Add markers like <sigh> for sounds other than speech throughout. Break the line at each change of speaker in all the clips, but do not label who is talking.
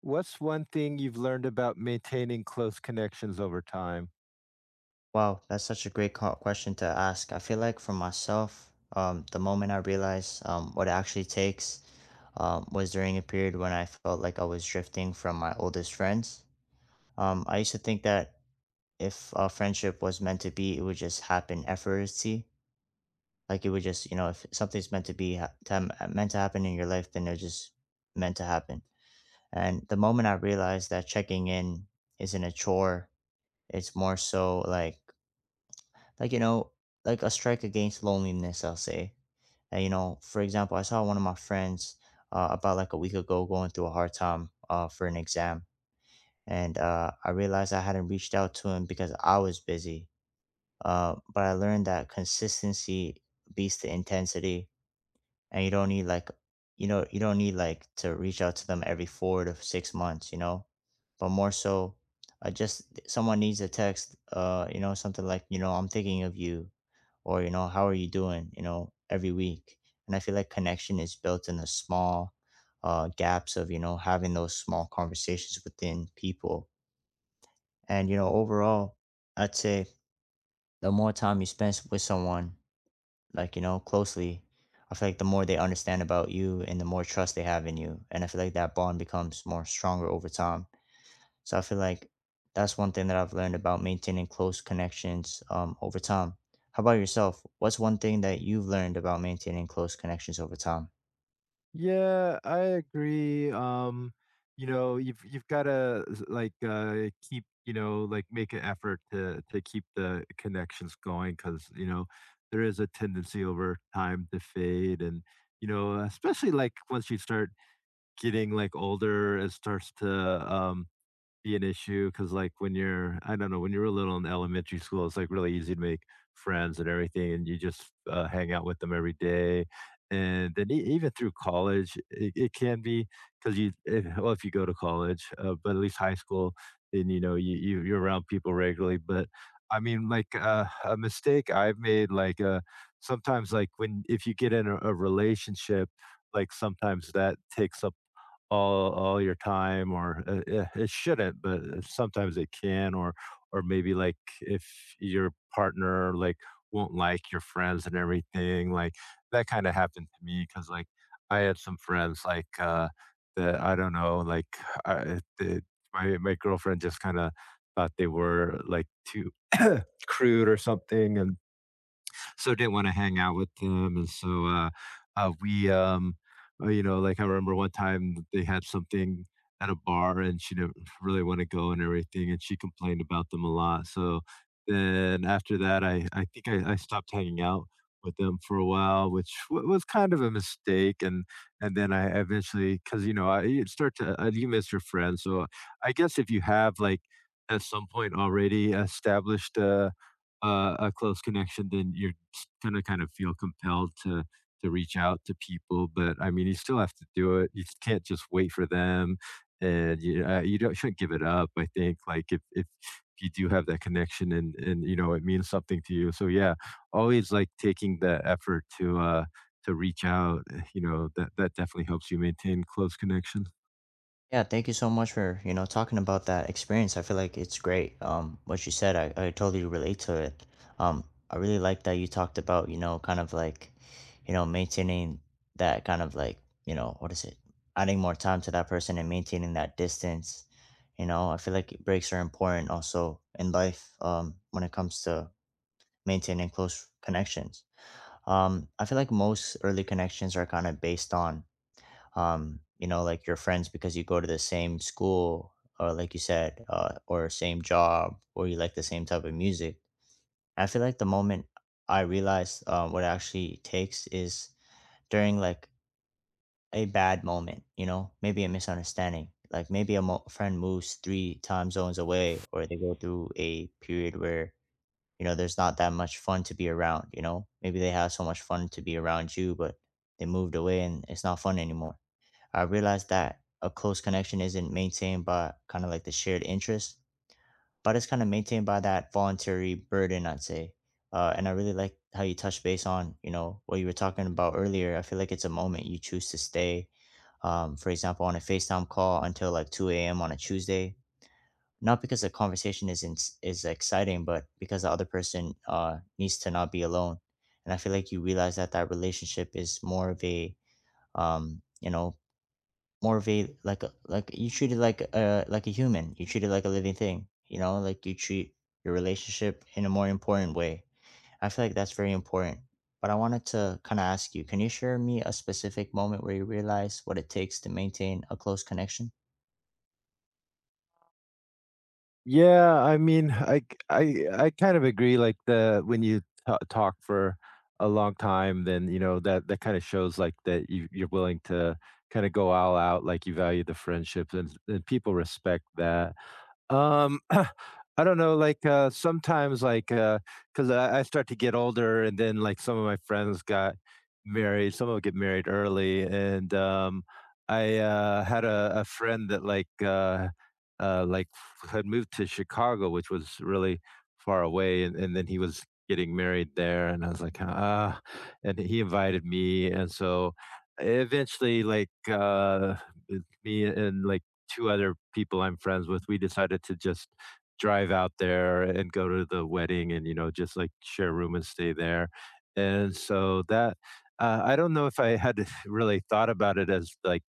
What's one thing you've learned about maintaining close connections over time?
Wow, that's such a great question to ask. I feel like for myself, the moment I realized what it actually takes was during a period when I felt like I was drifting from my oldest friends. I used to think that if a friendship was meant to be, it would just happen effortlessly. Like it would just, if something's meant to be meant to happen in your life, then it's just meant to happen. And the moment I realized that checking in isn't a chore, it's more so like, like a strike against loneliness, I'll say. And for example, I saw one of my friends about like a week ago, going through a hard time for an exam. And I realized I hadn't reached out to him because I was busy. But I learned that consistency beats the intensity. And you don't need like to reach out to them every 4 to 6 months. But more so, just someone needs a text, something like, I'm thinking of you, or how are you doing, every week. And I feel like connection is built in the small gaps of having those small conversations within people. And overall, I'd say the more time you spend with someone, like, closely, I feel like the more they understand about you and the more trust they have in you. And I feel like that bond becomes more stronger over time. So I feel like that's one thing that I've learned about maintaining close connections over time. How about yourself? What's one thing that you've learned about maintaining close connections over time?
Yeah, I agree. You know, you've got to like keep, you know, like make an effort to keep the connections going, because you know there is a tendency over time to fade. And you know, especially like once you start getting like older, it starts to um, be an issue, because like when you're, I don't know, when you're little in elementary school it's like really easy to make friends and everything, and you just hang out with them every day. And then even through college it, it can be, because you if, well if you go to college, but at least high school, then you know you, you're around people regularly. But I mean like a mistake I've made, like sometimes like when if you get in a relationship, like sometimes that takes up all your time. Or it shouldn't, but sometimes it can. Or maybe like if your partner like won't like your friends and everything, like that kind of happened to me, because like I had some friends like that I don't know, like I, the, my, girlfriend just kind of thought they were like too <clears throat> crude or something, and so didn't want to hang out with them. And so we, you know, like I remember one time they had something at a bar, and she didn't really want to go and everything, and she complained about them a lot. So then after that, I think I stopped hanging out with them for a while, which was kind of a mistake. And then I eventually, because you know, I you start to you miss your friends. So I guess if you have like at some point already established a close connection, then you're gonna kind of feel compelled to reach out to people. But I mean, you still have to do it. You can't just wait for them, and you, you don't shouldn't give it up, I think, like, if you do have that connection, and you know, it means something to you. So yeah, always like taking the effort to reach out, you know, that definitely helps you maintain close connection.
Yeah, thank you so much for, talking about that experience. I feel like it's great. What you said, I totally relate to it. Um, I really like that you talked about, kind of like, maintaining that kind of like, what is it? Adding more time to that person and maintaining that distance. I feel like breaks are important also in life, when it comes to maintaining close connections. I feel like most early connections are kind of based on like your friends because you go to the same school, or like you said, or same job, or you like the same type of music. I feel like the moment I realized what it actually takes is during like a bad moment, maybe a misunderstanding. Like maybe a friend moves 3 time zones away, or they go through a period where, there's not that much fun to be around, you know? Maybe they have so much fun to be around you, but they moved away and it's not fun anymore. I realized that a close connection isn't maintained by kind of like the shared interest, but it's kind of maintained by that voluntary burden, I'd say. And I really like how you touched base on, what you were talking about earlier. I feel like it's a moment you choose to stay, for example, on a FaceTime call until like 2 a.m. on a Tuesday. Not because the conversation isn't is exciting, but because the other person needs to not be alone. And I feel like you realize that that relationship is more of a um, you know more of a like a, like you treat it like a human. You treat it like a living thing. Like you treat your relationship in a more important way. I feel like that's very important. But I wanted to kind of ask you, can you share me a specific moment where you realize what it takes to maintain a close connection?
Yeah, I mean, I kind of agree. Like the when you ta talk for a long time, then you know that kind of shows like that you you're willing to kind of go all out, like you value the friendships, and people respect that. Um, <laughs> <clears throat> I don't know, like, sometimes, like, 'cause I start to get older, and then like some of my friends got married, some of 'em get married early. And I, had a friend that, like, had moved to Chicago, which was really far away. And then he was getting married there, and I was like, "Ah," and he invited me. And so eventually, like, it me and like two other people I'm friends with, we decided to just drive out there and go to the wedding and, you know, just like share a room and stay there. And so that, I don't know if I had <laughs> really thought about it as like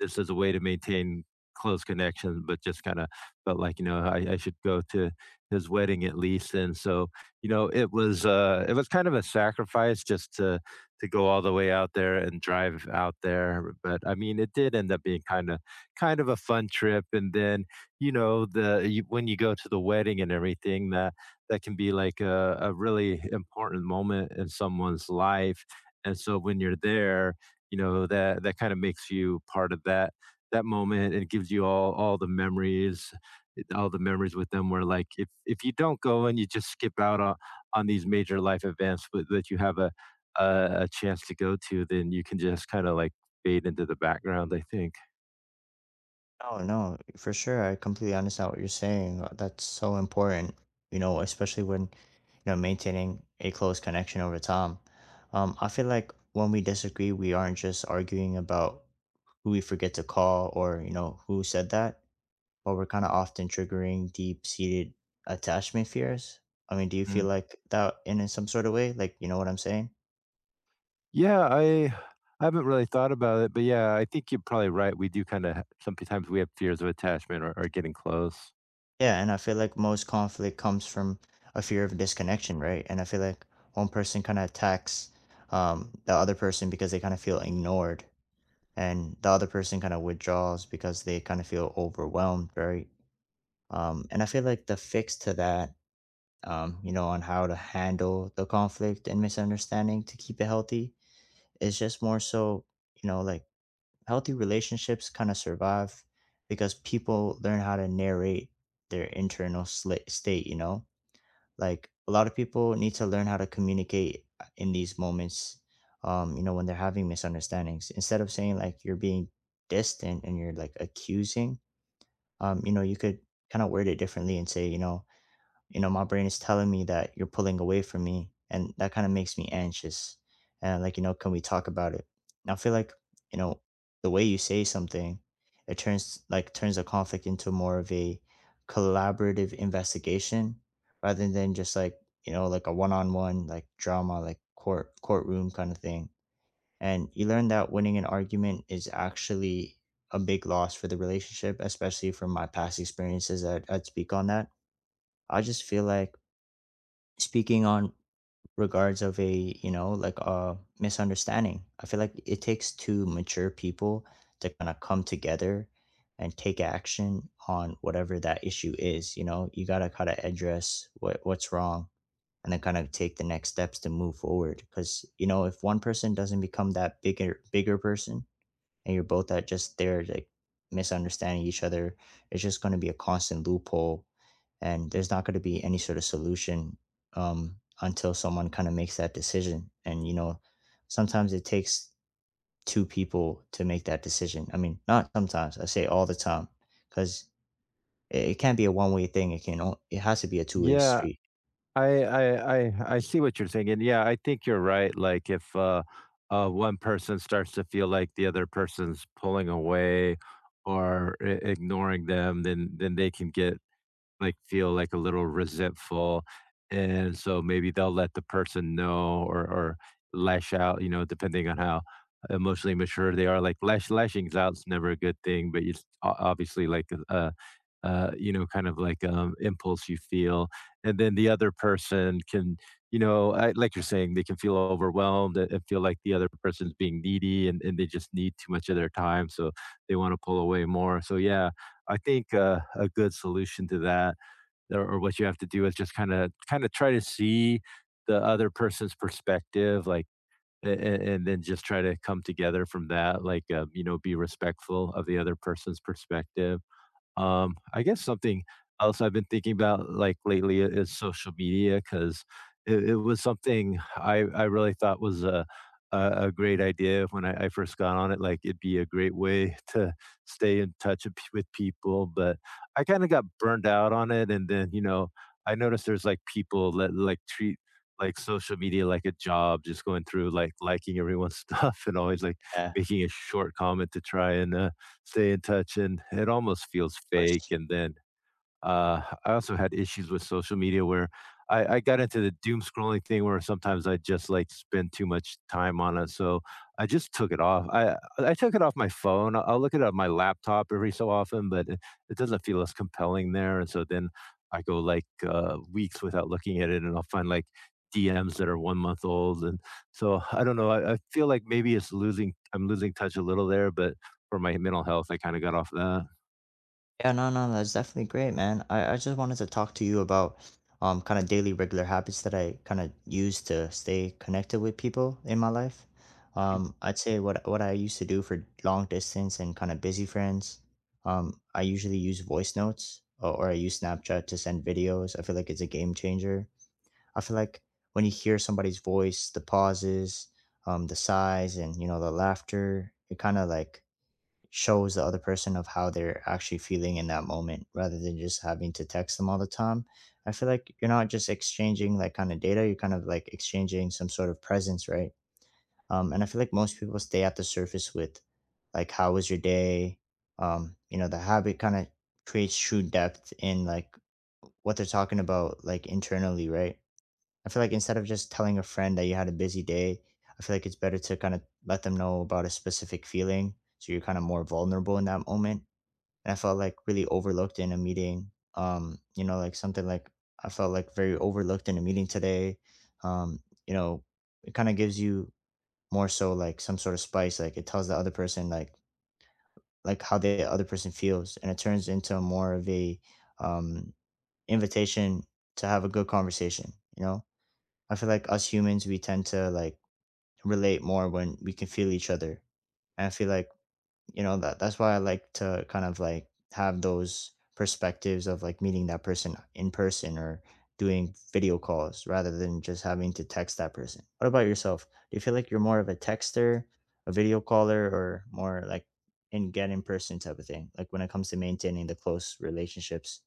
this is a way to maintain close connections, but just kind of felt like, you know, I should go to his wedding at least. And so, you know, it was kind of a sacrifice just to go all the way out there and drive out there. But I mean, it did end up being kind of a fun trip. And then you know the you, when you go to the wedding and everything, that can be like a really important moment in someone's life. And so when you're there, you know that kind of makes you part of that moment, and gives you all the memories with them. Where like if you don't go and you just skip out on these major life events but that you have a a chance to go to, then you can just kind of like fade into the background, I think.
Oh, no, for sure. I completely understand what you're saying. That's so important, especially when, maintaining a close connection over time. I feel like when we disagree, we aren't just arguing about who we forget to call, or, who said that, but we're kind of often triggering deep-seated attachment fears. I mean, do you feel
Hmm.
like that in some sort of way? Like, you know what I'm saying?
Yeah, I haven't really thought about it, but yeah, I think you're probably right. We do kind of sometimes we have fears of attachment, or getting close.
Yeah, and I feel like most conflict comes from a fear of disconnection, right? And I feel like one person kind of attacks the other person because they kind of feel ignored, and the other person kind of withdraws because they kind of feel overwhelmed, right? And I feel like the fix to that, on how to handle the conflict and misunderstanding to keep it healthy is just more so, like healthy relationships kind of survive because people learn how to narrate their internal state, you know? Like a lot of people need to learn how to communicate in these moments, when they're having misunderstandings. Instead of saying like you're being distant and you're like accusing, you could kind of word it differently and say, my brain is telling me that you're pulling away from me, and that kind of makes me anxious. And like, can we talk about it? And I feel like, you know, the way you say something, it turns the conflict into more of a collaborative investigation rather than just like, like a one-on-one like drama, like courtroom kind of thing. And you learn that winning an argument is actually a big loss for the relationship, especially from my past experiences. I'd speak on that. I just feel like speaking on regards of a, like a misunderstanding, I feel like it takes two mature people to kind of come together and take action on whatever that issue is. You got to kind of address what's wrong and then kind of take the next steps to move forward, because if one person doesn't become that bigger person and you're both at just there like misunderstanding each other, it's just going to be a constant loophole and there's not going to be any sort of solution. Until someone kind of makes that decision. And sometimes it takes two people to make that decision. I mean, not sometimes, I say all the time, because it can't be a one-way thing. It has to be a two-way
Yeah,
street.
I see what you're saying, and yeah, I think you're right. Like if one person starts to feel like the other person's pulling away or ignoring them, then they can get like feel like a little resentful. And so maybe they'll let the person know, or lash out, you know, depending on how emotionally mature they are. Like lashings out's never a good thing, but it's obviously like a, you know, kind of like impulse you feel. And then the other person can, you know, like you're saying, they can feel overwhelmed, and feel like the other person's being needy, and and they just need too much of their time. So they want to pull away more. So yeah, I think a good solution to that, or what you have to do, is just kind of try to see the other person's perspective, like, and and, then just try to come together from that, like you know, be respectful of the other person's perspective. Um, I guess something else I've been thinking about like lately is social media, because it was something I really thought was a, a great idea when I first got on it. Like it'd be a great way <laughs> to stay in touch with with people. But I kind of got burned out on it. And then, you know, I noticed there's like people that like treat like social media like a job, just going through like liking everyone's <laughs> stuff, and always like
Yeah, of
making a short comment to try and stay in touch, and it almost feels fake.
course.
And then I also had issues with social media where I got into the doom scrolling thing, where sometimes I just like spend too much time on it. So I just took it off. I took it off my phone. I'll look at it on my laptop every so often, but it doesn't feel as compelling there. And so then I go like weeks without looking at it, and I'll find like DMs that are 1-month old. And so I don't know. I feel like maybe it's losing. I'm losing touch a little there, but for my mental health, I kind of got off that.
Yeah, no, no, that's definitely great, man. I just wanted to talk to you about kind of daily regular habits that I kind of use to stay connected with people in my life. I'd say what I used to do for long distance and kind of busy friends. I usually use voice notes, or I use Snapchat to send videos. I feel like it's a game changer. I feel like when you hear somebody's voice, the pauses, the sighs, and the laughter, it kind of like shows the other person of how they're actually feeling in that moment rather than just having to text them all the time. I feel like you're not just exchanging like kind of data, you're kind of like exchanging some sort of presence, right? And I feel like most people stay at the surface with like, how was your day? The habit kind of creates true depth in like what they're talking about, like internally, right? I feel like instead of just telling a friend that you had a busy day, I feel like it's better to kind of let them know about a specific feeling. So you're kind of more vulnerable in that moment. And I felt like really overlooked in a meeting. Like something like, I felt like very overlooked in a meeting today. Um, you know, it kind of gives you more so like some sort of spice. Like it tells the other person like how the other person feels, and it turns into more of a um invitation to have a good conversation. I feel like us humans, we tend to like relate more when we can feel each other. And I feel like, that that's why I like to kind of like have those perspectives of like meeting that person in person or doing video calls rather than just having to text that person. What about yourself? Do you feel like you're more of a texter, a video caller, or more like in person type of thing? Like when it comes to maintaining the close relationships.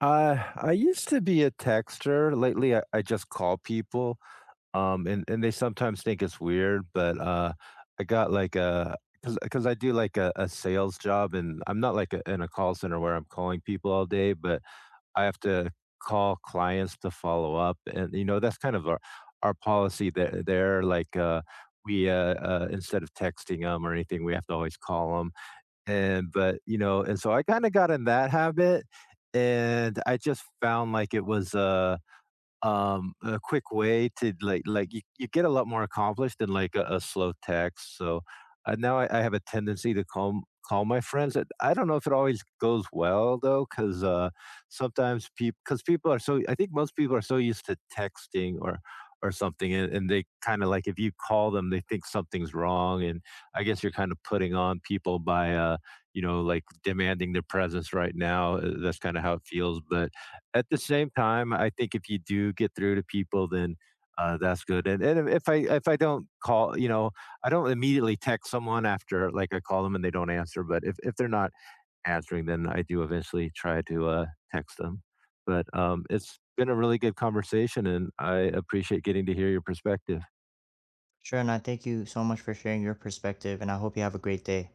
I used to be a texter. Lately, I just call people, and they sometimes think it's weird, but I got like a because I do like a sales job, and I'm not like a, in a call center where I'm calling people all day, but I have to call clients to follow up. And you know that's kind of our policy there. There, like we instead of texting them or anything, we have to always call them. And but, you know, and so I kinda got in that habit, and I just found like it was, a quick way to like you get a lot more accomplished than like a slow text. So now I have a tendency to call my friends. I don't know if it always goes well though, because sometimes people, because people are so, I think most people are so used to texting or something, and they kind of like if you call them they think something's wrong. And I guess you're kind of putting on people by you know, like demanding their presence right now. That's kind of how it feels. But at the same time, I think if you do get through to people, then that's good. And if I don't call, you know, I don't immediately text someone after like I call them and they don't answer. But if they're not answering, then I do eventually try to text them. But it's been a really good conversation, and I appreciate getting to hear your perspective.
Sure, and I thank you so much for sharing your perspective, and I hope you have a great day.